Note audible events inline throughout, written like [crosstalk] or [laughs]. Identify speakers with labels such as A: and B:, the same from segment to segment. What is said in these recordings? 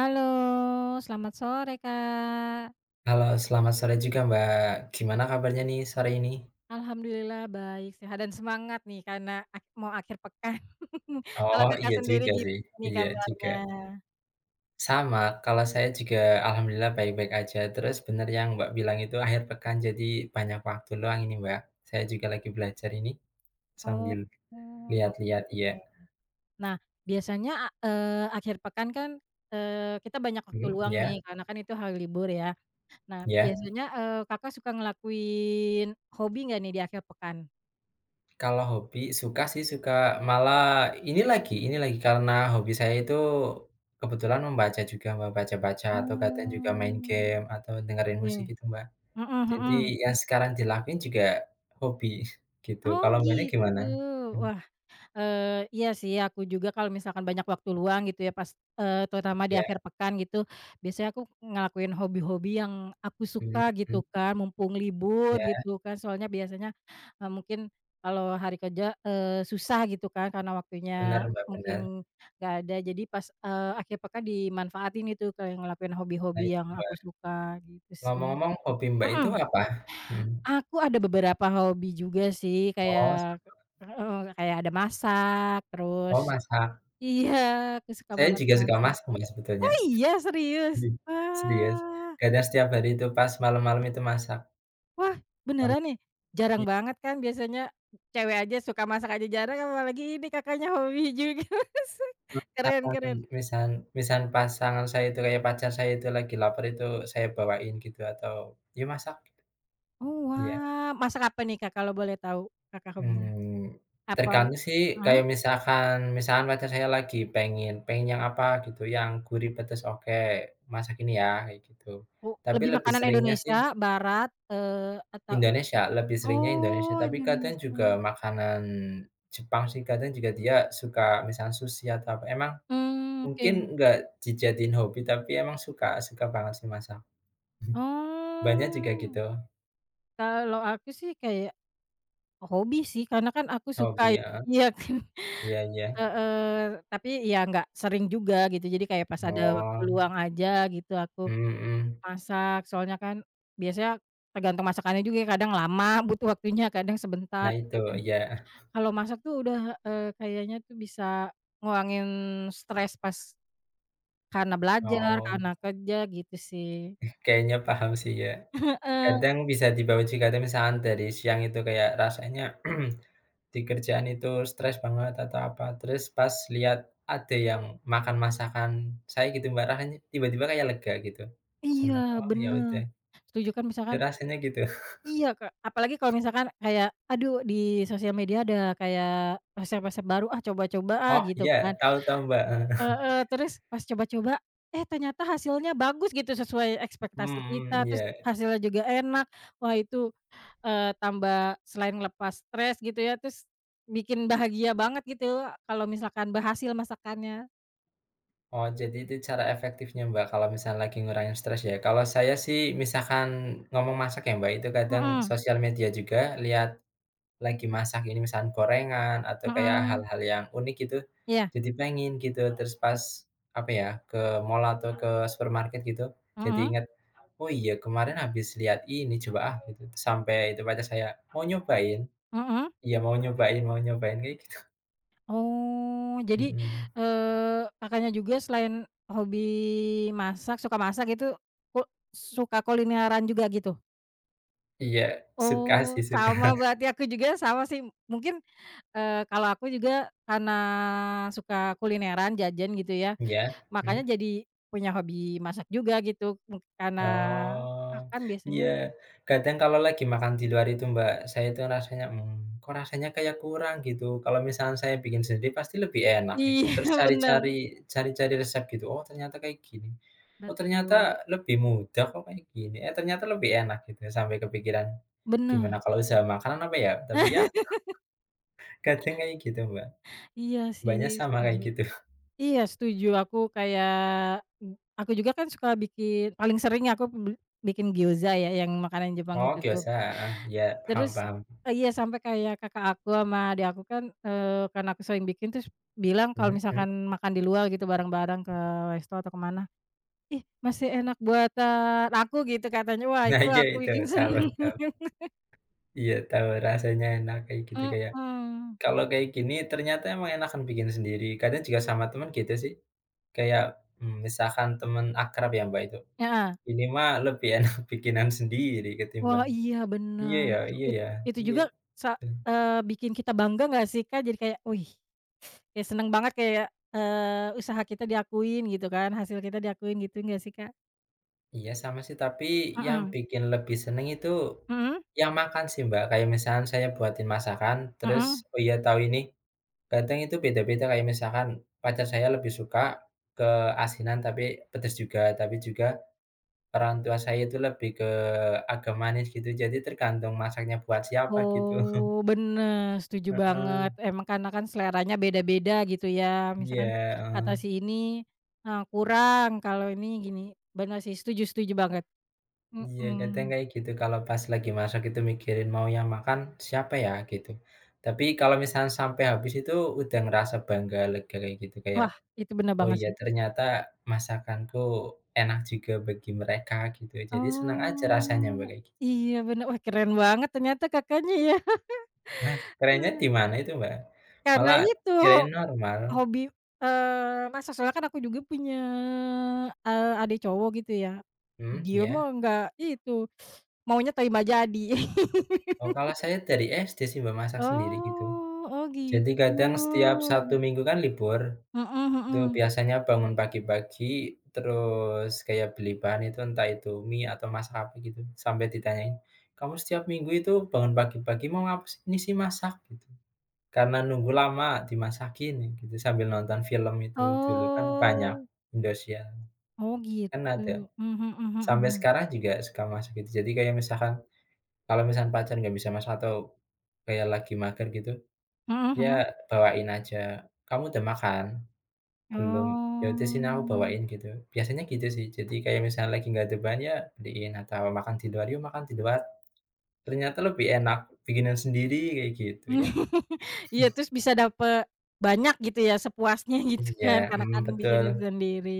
A: Halo, selamat sore, Kak.
B: Halo, selamat sore juga, Mbak. Gimana kabarnya nih sore ini?
A: Alhamdulillah baik, sehat dan semangat nih karena ak mau akhir pekan. [laughs] Kalau
B: Oh,
A: Kakak
B: iya
A: sendiri
B: juga sih,
A: gimana nih
B: iya juga.
A: kabarnya?
B: Sama, kalau saya juga alhamdulillah baik-baik aja. Terus bener yang Mbak bilang itu akhir pekan jadi banyak waktu luang ini, Mbak. Saya juga lagi belajar ini
A: Oh,
B: sambil
A: oke.
B: lihat-lihat, iya.
A: Nah, biasanya, akhir pekan kan, kita banyak waktu
B: Mhm,
A: luang
B: ya,
A: nih karena kan itu hari libur ya. Nah,
B: ya.
A: biasanya, Kakak suka ngelakuin hobi nggak nih di akhir pekan?
B: Kalau hobi suka sih suka malah ini lagi karena hobi saya itu kebetulan membaca juga, Mbak, baca-baca atau kadang juga main
A: Oh,
B: game atau dengerin
A: oke.
B: musik gitu, Mbak.
A: Mhm
B: Jadi
A: mhm.
B: yang sekarang dilakuin juga hobi [laughs] gitu.
A: Oh,
B: Kalau Mbaknya
A: gitu.
B: gimana? Mhm,
A: Wah, iya sih aku juga kalau misalkan banyak waktu luang gitu ya pas terutama di
B: ya,
A: akhir pekan gitu, biasanya aku ngelakuin hobi-hobi yang aku suka
B: mhm
A: gitu
B: mhm,
A: kan, mumpung libur
B: ya
A: gitu kan. Soalnya biasanya, mungkin kalau hari kerja, susah gitu kan karena waktunya
B: bener Mbak,
A: mungkin
B: bener.
A: nggak ada. Jadi pas, akhir pekan dimanfaatin itu kayak ngelakuin
B: Nah
A: hobi-hobi
B: itu
A: yang aku
B: Mbak.
A: suka gitu sih.
B: Ngomong-ngomong hobi Mbak itu
A: Mhm,
B: apa? Mhm.
A: aku ada beberapa hobi juga sih
B: Oh sa
A: kayak heeh, kayak ada masak,
B: oh
A: terus.
B: masak.
A: Iya, aku suka
B: Saya
A: banget
B: juga suka
A: masak.
B: masak Mbak sebetulnya.
A: Oh iya, serius?
B: Mhm, [laughs] serius.
A: Wah
B: Kadang setiap hari itu pas malam-malam itu masak,
A: wah,
B: Bang.
A: beneran nih? Jarang banget kan biasanya cewek aja suka masak aja jarang, apalagi ini Kakaknya hobi juga [laughs] masak.
B: Itu
A: Keren
B: misalkan
A: keren.
B: misalkan misalkan pasangan saya itu kayak pacar saya itu lagi lapar itu saya bawain gitu atau, "Yuk masak." gitu.
A: Oh,
B: Iya.
A: wah, masak apa nih Kak, kalau boleh tahu Kakak hobinya?
B: Mmm,
A: Apa
B: Tergantung sih
A: mhm,
B: kayak misalkan misalkan pacar saya lagi pengen pengen yang apa gitu, yang gurih, pedes, oke, masak ini ya, kayak gitu. Tapi
A: lebih
B: lebih
A: makanan
B: seringnya sih
A: Indonesia, barat, atau
B: Indonesia, lebih seringnya Indonesia,
A: oh,
B: tapi kadang
A: Indonesia.
B: juga makanan Jepang sih, kadang juga dia suka misalkan sushi atau apa, emang
A: Hmm, oke.
B: mungkin nggak dijadiin hobi, tapi emang suka suka banget sih masak. [laughs] Mbaknya juga
A: Oh,
B: gitu,
A: kalau aku sih kayak hobi sih karena kan aku suka
B: hobi
A: ya,
B: heeh,
A: iya kan,
B: iya iya.
A: heeh, tapi ya nggak sering juga gitu jadi kayak pas ada waktu
B: Oh,
A: luang aja gitu aku
B: mhm mhm.
A: masak soalnya kan biasanya tergantung masakannya juga ya kadang lama [laughs] butuh waktunya kadang sebentar
B: Nah itu,
A: gitu kan.
B: iya.
A: Kalau masak tuh udah, kayaknya tuh bisa ngurangin stres pas karena belajar,
B: Oh.
A: karena kerja gitu sih.
B: Kayaknya paham sih ya.
A: [laughs] Heeh,
B: Kadang bisa dibawa juga kadang misalkan dari siang itu kayak rasanya [clears throat] di kerjaan itu stres banget atau apa, terus pas lihat ada yang makan masakan saya gitu Mbak, rasanya tiba-tiba kayak lega gitu.
A: iya
B: Senang, oh ya
A: bener,
B: udah,
A: setuju kan misalkan.
B: rasanya gitu. [laughs]
A: Iya, Kak, apalagi kalau misalkan kayak, aduh di sosial media ada kayak resep-resep baru, ah coba-coba ah
B: Oh
A: gitu
B: iya,
A: kan.
B: tahu tahu Mbak,
A: Heeh, terus pas coba-coba, eh ternyata hasilnya bagus gitu sesuai
B: [laughs]
A: ekspektasi kita,
B: Hmm
A: terus
B: ya.
A: hasilnya juga enak. Wah itu, tambah selain lepas stres gitu ya, terus bikin bahagia banget gitu kalau misalkan berhasil masakannya.
B: Oh jadi itu cara efektifnya Mbak kalau misalnya lagi ngurangin stres ya. Kalau saya sih misalkan ngomong masak ya Mbak, itu kadang
A: Mhm
B: sosial media juga lihat lagi masak ini misalkan gorengan atau kayak
A: mhm.
B: hal-hal yang unik gitu,
A: Iya,
B: jadi pengen gitu. Terus pas, apa ya, ke mall atau ke supermarket gitu, jadi
A: mhm
B: ingat "Oh iya kemarin habis lihat ini coba ah," gitu. Terus sampai itu pacar saya, "Mau nyobain?"
A: mhm.
B: "Iya mau nyobain," kayak gitu.
A: Oh, jadi,
B: Mhm.
A: Kakaknya juga selain hobi masak, suka masak gitu, ku suka kulineran juga gitu?
B: Iya, suka sih,
A: Oh,
B: suka.
A: sama berarti aku juga sama sih. Mungkin, kalau aku juga karena suka kulineran, jajan gitu ya,
B: Iya,
A: makanya
B: mhm.
A: jadi punya hobi masak juga gitu, karena
B: Oh,
A: makan
B: iya,
A: biasanya
B: kadang kalau lagi makan di luar itu, Mbak, saya itu rasanya, kok rasanya kayak kurang gitu. Kalau misalnya saya bikin sendiri pasti lebih enak kayak gitu.
A: iya
B: Terus
A: [laughs] bener,
B: cari-cari resep gitu, oh ternyata kayak gini, oh ternyata
A: betul.
B: lebih mudah kok kayak gini, eh ternyata lebih enak gitu, ya, sampai kepikiran, gimana
A: Bener,
B: kalau usaha makanan apa ya? Tapi ya kadang kayak gitu, Mbak,
A: iya sih,
B: Mbaknya sama
A: setuju.
B: kayak gitu.
A: Iya setuju, aku juga kan suka bikin paling sering aku bel bikin gyoza ya, yang makanan Jepang
B: Oh,
A: itu tuh.
B: gyoza, heeh, iya, paham
A: Terus
B: paham.
A: iya sampai kayak kakak aku sama adik aku kan, karena aku sering bikin terus bilang kalau
B: Mhm mhm.
A: misalkan makan di luar gitu bareng-bareng ke resto atau kemana, "Ih masih enak buatan aku," gitu katanya. Wah
B: Nah,
A: itu
B: iya
A: aku
B: itu,
A: bikin
B: tahu
A: seneng.
B: tahu. Iya, tahu rasanya enak kayak gitu, kayak
A: Mhm, [laughs]
B: kalau kayak gini ternyata emang enakan bikin sendiri. Kadang juga sama teman gitu sih, kayak, misalkan teman akrab ya, Mbak, itu,
A: ya.
B: "Ini mah lebih [laughs] enak bikinan sendiri
A: Wah
B: ketimbang"
A: iya
B: iya ya
A: benar.
B: iya
A: It
B: ya,
A: itu
B: iya,
A: juga
B: betul.
A: bikin kita bangga nggak sih Kak? Jadi kayak, "Wih." Ya seneng banget kayak, usaha kita diakuin gitu kan, hasil kita diakuin gitu nggak sih, Kak?
B: Iya sama sih, tapi yang
A: Mhm,
B: bikin lebih seneng itu
A: mhm,
B: yang makan sih, Mbak, kayak misalkan saya buatin masakan terus
A: mhm.
B: oh iya tahu ini, kadang itu beda-beda kayak misalkan pacar saya lebih suka ke asinan tapi pedes juga, tapi juga orang tua saya itu lebih ke agak manis gitu, jadi tergantung masaknya buat siapa gitu.
A: Oh bener,
B: [laughs]
A: setuju
B: Heeh,
A: banget. Emang karena kan seleranya beda-beda gitu ya,
B: iya,
A: misalkan kata
B: heeh,
A: si ini, kurang, kalau ini gini. Bener sih, setuju setuju banget.
B: iya kadang
A: Mhm.
B: kayak gitu kalau pas lagi masak itu mikirin mau yang makan siapa ya gitu. Tapi kalau misalnya sampai habis itu udah ngerasa bangga, lega kayak gitu kayak,
A: Wah, itu bener
B: "Oh
A: banget
B: iya
A: sih.
B: ternyata masakanku enak juga bagi mereka," gitu. Jadi senang aja rasanya, Mbak,
A: Oh,
B: kayak gitu.
A: iya bener. Wah keren banget ternyata Kakaknya ya,
B: Nah, kerennya di mana itu, Mbak?
A: karena
B: Malah
A: itu.
B: kirain normal.
A: Hobi masak, soalnya kan aku juga punya, adik cowok gitu ya.
B: Mhm,
A: Dia
B: iya.
A: mah nggak itu, maunya terima jadi. [laughs]
B: Oh, kalau saya dari SD sih, Mbak, masak sendiri gitu.
A: Oh, oh
B: Jadi
A: gitu.
B: kadang setiap Sabtu Minggu kan libur,
A: Mhm
B: itu
A: mhm.
B: biasanya bangun pagi-pagi, terus kayak beli bahan itu, entah itu mie atau masak apa gitu, sampai ditanyain, "Kamu setiap minggu itu bangun pagi-pagi mau apa sih?" "Ini sih masak," gitu. Karena nunggu lama dimasakin gitu, sambil nonton film itu dulu kan banyak,
A: Oh,
B: Indosiar
A: oh
B: kan
A: gitu.
B: ada.
A: Mmm, mhm
B: Sampai
A: mhm.
B: sekarang juga suka masak gitu. Jadi kayak misalkan kalau misalkan pacar nggak bisa masak atau kayak lagi mager gitu,
A: Mhm
B: ya,
A: mhm.
B: bawain aja, "Kamu udah makan? Belum? Ya udah sini aku
A: Oh.
B: bawain," gitu. Biasanya gitu sih, jadi kayak misalnya lagi nggak ada bahan, ya beliin atau makan di luar, "Yuk makan di luar, ternyata lebih enak bikinan sendiri," kayak gitu ya.
A: [laughs] Iya, terus bisa dapet banyak gitu ya, sepuasnya gitu
B: Iya,
A: kan, karena
B: mhm,
A: kan
B: betul,
A: bikinnya sendiri.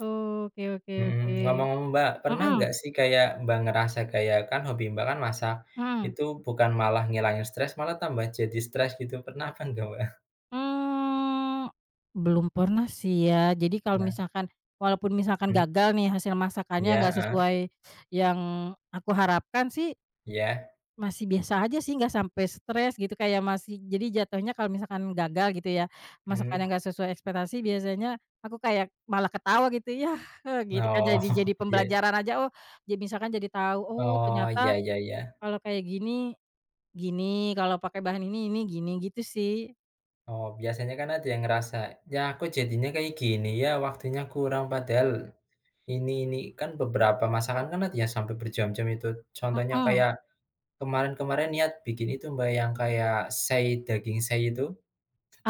A: Oke oke
B: mhm,
A: oke.
B: ngomong-ngomong Mbak, pernah
A: Mhm.
B: nggak sih kayak Mbak ngerasa kayak kan hobi Mbak kan masak,
A: Mhm.
B: itu bukan malah ngilangin stres, malah tambah jadi stres gitu, pernah apa enggak Mbak?
A: mmm, Belum pernah sih ya. Jadi kalau
B: Nah,
A: misalkan walaupun misalkan
B: mhm,
A: gagal nih hasil masakannya
B: ya
A: nggak
B: heeh,
A: sesuai yang aku harapkan sih,
B: iya,
A: masih biasa aja sih nggak sampai stres gitu kayak masih jadi jatuhnya kalau misalkan gagal gitu ya,
B: mmm,
A: masakannya nggak sesuai ekspektasi biasanya aku kayak malah ketawa gitu, [laughs] "Yah!" gitu kan
B: oh,
A: jadi
B: [laughs] ya
A: pembelajaran aja, oh misalkan jadi tahu, "Oh
B: oh, ya
A: ternyata
B: iya iya.
A: kalau kayak gini, gini, kalau pakai bahan ini gini," gitu sih.
B: Oh, biasanya kan ada yang ngerasa, "Ya aku jadinya kayak gini ya, waktunya kurang." Padahal ini kan beberapa masakan kan ada yang sampai berjam-jam itu. Contohnya
A: Mhm.
B: kayak kemarin-kemarin niat bikin itu Mbak, yang kayak sei, daging sei itu,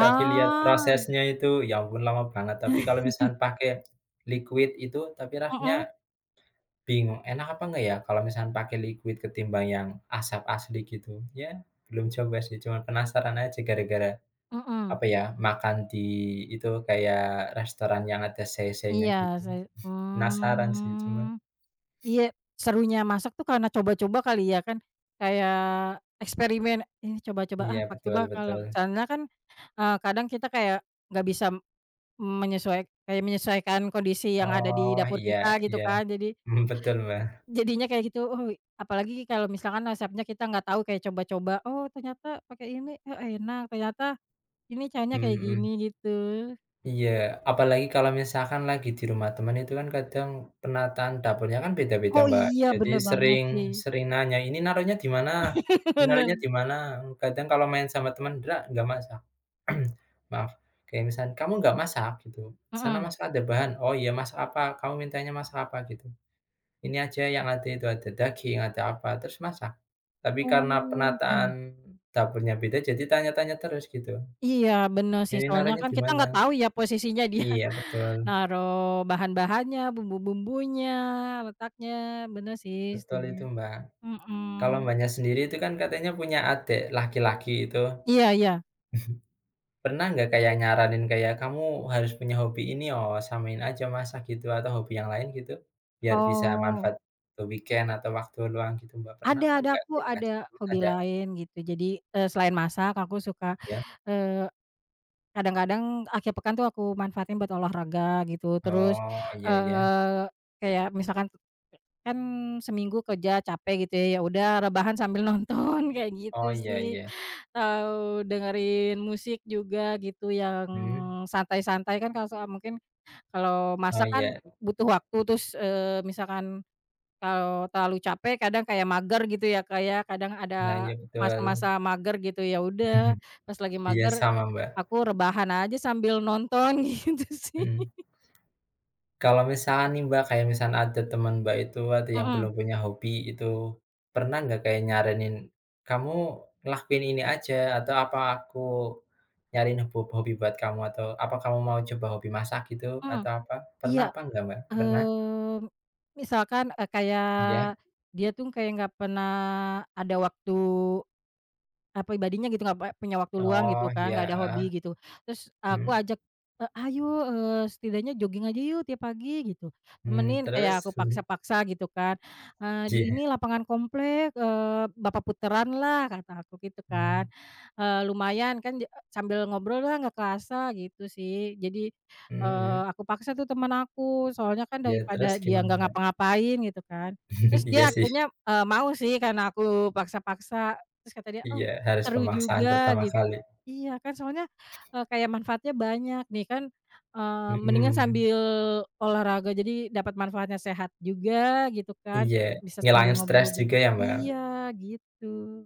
B: tapi lihat prosesnya itu, ya ampun lama banget. Tapi kalau misalnya pakai liquid itu, tapi
A: mhm
B: rasanya bingung, enak apa enggak ya kalau misalnya pakai liquid ketimbang yang asap asli gitu. Ya belum coba sih, cuma penasaran aja gara-gara
A: mhm,
B: apa
A: [laughs]
B: ya, makan di itu kayak restoran yang ada cc-nya
A: iya
B: gitu.
A: sih,
B: Penasaran sih cuman
A: mmm, iya serunya masak tuh karena coba-coba kali ya kan, kayak eksperimen, ini coba-coba ah
B: iya
A: coba
B: betul
A: kalau
B: betul.
A: karena kan, kadang kita kayak nggak bisa menyesuai menyesuaikan kondisi yang ada di
B: Oh
A: dapur
B: iya
A: kita gitu
B: iya,
A: kan jadi
B: [laughs] mhm, betul Mbak,
A: jadinya kayak gitu, oh apalagi kalau misalkan resepnya kita nggak tahu kayak coba-coba, oh ternyata pakai ini, oh enak ternyata ini caranya
B: mhm
A: kayak gini
B: mhm.
A: gitu.
B: Iya, apalagi kalau misalkan lagi di rumah teman itu kan kadang penataan dapurnya kan beda-beda,
A: Oh
B: Mbak.
A: iya,
B: Jadi
A: bener banget
B: sering
A: sih.
B: sering nanya, "Ini naruhnya di mana?
A: [laughs]
B: Ini
A: Bener.
B: naruhnya di mana?" Kadang kalau main sama teman, "Ndra, nggak masak." [clears throat] Maaf, kayak misalkan, "Kamu nggak masak?" Gitu, "Sana
A: Mhm.
B: masak ada bahan." "Oh iya, masak apa? Kamu mintanya masak apa?" Gitu. "Ini aja yang ada itu, ada daging, ada apa." Terus masak. Tapi
A: Oh,
B: karena penataan
A: mhm.
B: dapurnya beda, jadi tanya-tanya terus gitu,
A: Iya, bener sih,
B: "Ini
A: soalnya
B: naruhnya
A: kan
B: di
A: kita
B: mana?"
A: nggak tahu ya posisinya dia
B: Iya,
A: [laughs]
B: betul.
A: naruh bahan-bahannya, bumbu-bumbunya, letaknya, bener sih,
B: Betul
A: setuju.
B: itu, Mbak. Kalau
A: Mhm.
B: Mbaknya sendiri itu kan katanya punya adik laki-laki itu,
A: Iya iya.
B: pernah nggak kayak nyaranin kayak, "Kamu harus punya hobi ini oh, samain aja masak," gitu, atau hobi yang lain gitu? Biar bisa manfaat
A: Oh,
B: ke weekend atau waktu luang gitu, Mbak, pernah apa
A: ada,
B: nggak
A: aku
B: kayak ngajak
A: ada
B: dulu
A: hobi
B: ada
A: lain gitu. Jadi, selain masak aku suka,
B: ya?
A: eee, kadang-kadang akhir pekan tuh aku manfaatin buat olahraga gitu. Terus,
B: Oh, iya iya.
A: eee, kayak misalkan kan seminggu kerja capek gitu ya, ya udah rebahan sambil nonton [laughs] kayak
B: Oh,
A: gitu
B: iya
A: sih,
B: iya.
A: atau dengerin musik juga gitu yang
B: Mhm.
A: santai-santai kan kalau soal mungkin kalau
B: Oh,
A: masak kan
B: iya.
A: butuh waktu terus, misalkan kalau terlalu capek kadang kayak mager gitu ya, kayak kadang
B: Nah,
A: ada
B: iya betul.
A: masa-masa mager gitu, ya udah
B: [laughs]
A: pas lagi
B: Iya
A: mager
B: sama, Mbak.
A: aku rebahan aja sambil nonton [laughs] gitu sih.
B: Mhm. Kalau misalnya nih Mbak, kayak misalkan ada teman Mbak itu ada yang
A: Mhm
B: belum punya hobi itu, pernah nggak kayak nyaranin, "Kamu lakuin ini aja," atau, "Apa aku nyariin hobi buat kamu?" Atau, "Apa kamu mau coba hobi masak gitu?"
A: mhm.
B: Atau apa, pernah
A: Iya.
B: apa enggak Mbak? Pernah?
A: Eee, misalkan, kayak
B: Iya?
A: dia tuh kayak nggak pernah ada waktu, pribadinya gitu nggak punya waktu luang
B: Oh
A: gitu kan,
B: iya,
A: nggak ada
B: heeh,
A: hobi gitu. Terus aku
B: mhm,
A: ajak, "Ayo, setidaknya jogging aja yuk tiap pagi," gitu.
B: mmm,
A: Temenin kayak aku
B: terus? Mhm,
A: paksa-paksa gitu kan, "Di
B: iya,
A: ini lapangan komplek, Bapak puteranlah," kata aku gitu
B: mmm,
A: kan. Lumayan kan sambil ngobrol lah nggak kerasa gitu sih. Jadi,
B: mhm mhm,
A: aku paksa tuh teman aku, soalnya kan
B: iya
A: daripada
B: terus
A: dia
B: gimana
A: nggak
B: Mbak?
A: ngapa-ngapain gitu kan. Terus
B: [laughs]
A: dia
B: Iya sih,
A: akhirnya, mau sih karena aku paksa-paksa. Terus kata dia, "Oh
B: iya harus
A: seru
B: pemaksaan
A: juga
B: pertama
A: gitu."
B: kali,
A: Iya kan soalnya, kayak manfaatnya banyak nih kan, mendingan
B: mhm,
A: sambil olahraga jadi dapat manfaatnya sehat juga gitu kan,
B: iya,
A: bisa
B: ngilangin
A: sambil
B: stres
A: ngobrol
B: juga
A: juga
B: ya Mbak?
A: iya gitu.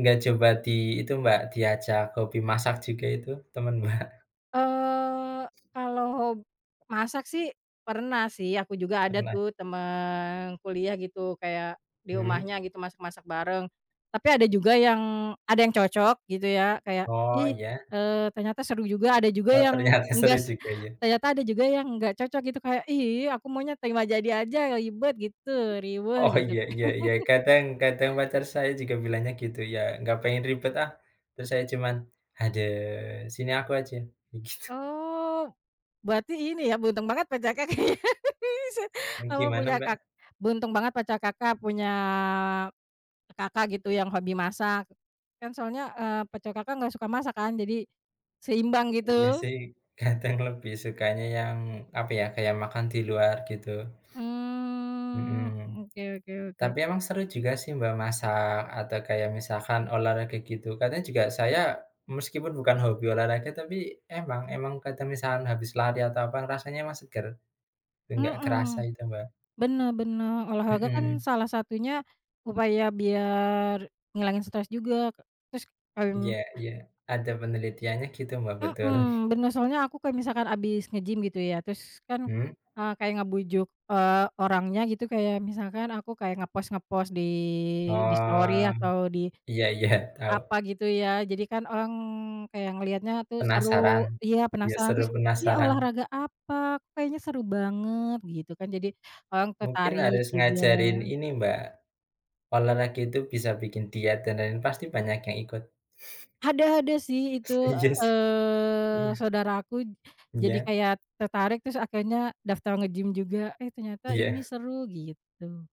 B: Nggak coba di itu Mbak, diajak hobi masak juga itu temen Mbak [laughs]
A: Kalau masak sih pernah sih, aku juga ada
B: pernah?
A: tuh temen kuliah gitu, kayak di
B: Mhm.
A: rumahnya gitu masak-masak bareng. Tapi ada juga yang ada yang cocok gitu ya, kayak,
B: Oh
A: "Ih,
B: ya?
A: ternyata seru juga." Ada juga
B: Oh
A: yang
B: ternyata [laughs] seru
A: enggak se
B: juga ya?
A: Ternyata ada juga yang enggak cocok gitu, kayak, "Ih, aku maunya terima jadi aja, ribet." Gitu, riweuh
B: Oh
A: gitu.
B: iya iya iya, kadang kadang pacar saya juga bilangnya gitu ya, "Nggak pengen ribet ah," terus saya cuman, "Aduh sini aku aja," [laughs] gitu.
A: Oh, berarti ini ya beruntung banget pacar Kakak [laughs] ya, bisa, eee,
B: Gimana
A: punya
B: Mbak?
A: Kak beruntung banget pacar Kakak punya Kakak gitu yang hobi masak. Kan soalnya, pacar Kakak nggak suka masak kan, jadi seimbang
B: Iya
A: gitu.
B: sih kadang lebih sukanya yang apa ya, kayak makan di luar gitu,
A: Mmm,
B: mhm.
A: oke oke oke.
B: Tapi emang seru juga sih Mbak masak atau kayak misalkan olahraga gitu. Kadang juga saya meskipun bukan hobi olahraga, tapi emang emang kadang misalkan habis lari atau apa rasanya emang seger, nggak kerasa
A: Mhm,
B: itu Mbak.
A: bener bener. Olahraga kan
B: Mhm,
A: salah satunya upaya biar ngilangin stres juga, Kak. Terus,
B: iya
A: mmm
B: iya, ada penelitiannya gitu Mbak, betul.
A: mhm, bener, soalnya aku kayak misalkan abis nge-gym gitu ya, terus kan,
B: Mhm,
A: kayak ngebujuk, orangnya gitu kayak misalkan aku kayak ngepost-ngepost di story
B: oh,
A: atau di
B: iya iya, tahu.
A: apa gitu ya, jadi kan orang kayak ngelihatnya tuh seru
B: Penasaran,
A: iya
B: iya
A: penasaran
B: seru
A: terus, "Iya
B: penasaran.
A: olahraga apa? Kok kayaknya seru banget?" Gitu kan jadi orang
B: Mungkin
A: tertarik
B: harus
A: juga.
B: ngajarin ini Mbak, olahraga itu bisa bikin diet dan lain-lain, pasti banyak yang ikut.
A: Ada-ada sih itu,
B: [laughs] Iya sih, iya,
A: saudaraku jadi
B: iya,
A: kayak tertarik terus akhirnya daftar nge-gym juga, eh ternyata ini
B: iya.
A: seru gitu.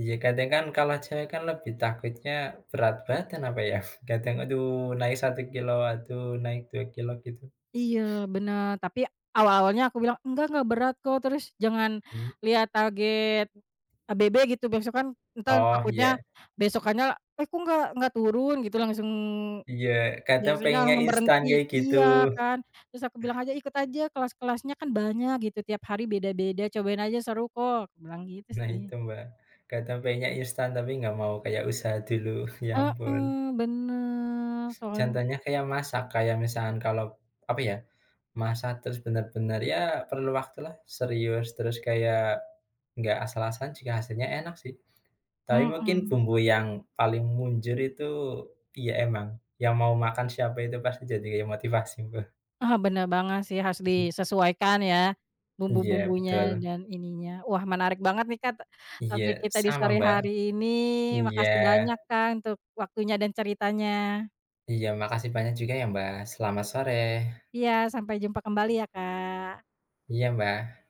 B: Iya, kadang kan kalau cewek kan lebih takutnya berat badan apa ya, [laughs] kadang aduh naik 1 kilo aduh naik 2 kilo gitu.
A: Iya, bener. Tapi awal-awalnya aku bilang, enggak berat kok," terus, "Jangan
B: Mmm.
A: lihat target ABB," gitu, besok kan entar
B: Oh
A: takutnya
B: iya
A: besokannya, "Eh, kok nggak turun?" Gitu langsung
B: iya, kadang
A: biasanya
B: pengennya
A: langsung
B: instan
A: berhenti
B: kayak gitu.
A: iya kan. Terus aku bilang aja, "Ikut aja kelas-kelasnya kan banyak gitu, tiap hari beda-beda, cobain aja seru kok," aku bilang gitu
B: Nah itu,
A: sih.
B: Mbak, kadang pengennya instan tapi nggak mau kayak usaha dulu, [laughs] ya ampun.
A: Heeh, bener, soalnya
B: Contohnya kayak masak, kayak misalkan kalau apa ya, masak terus benar-benar ya perlu waktulah serius, terus kayak nggak asal-asalan jika hasilnya enak sih. Tapi mungkin
A: mhm.
B: bumbu yang paling munjur itu iya emang, yang mau makan siapa itu pasti jadi kayak motivasi, Mbak.
A: Ah, bener banget sih, harus
B: Mhm.
A: disesuaikan ya,
B: Iya
A: bumbu-bumbunya
B: betul.
A: dan ininya. Wah menarik banget nih Kak,
B: Iya,
A: topik kita di
B: sama,
A: sore hari
B: Mbak.
A: ini. Makasih
B: Iya.
A: banyak Kak, untuk waktunya dan ceritanya.
B: Iya, makasih banyak juga ya, Mbak. Selamat sore.
A: Iya, sampai jumpa kembali ya Kak.
B: Iya, Mbak.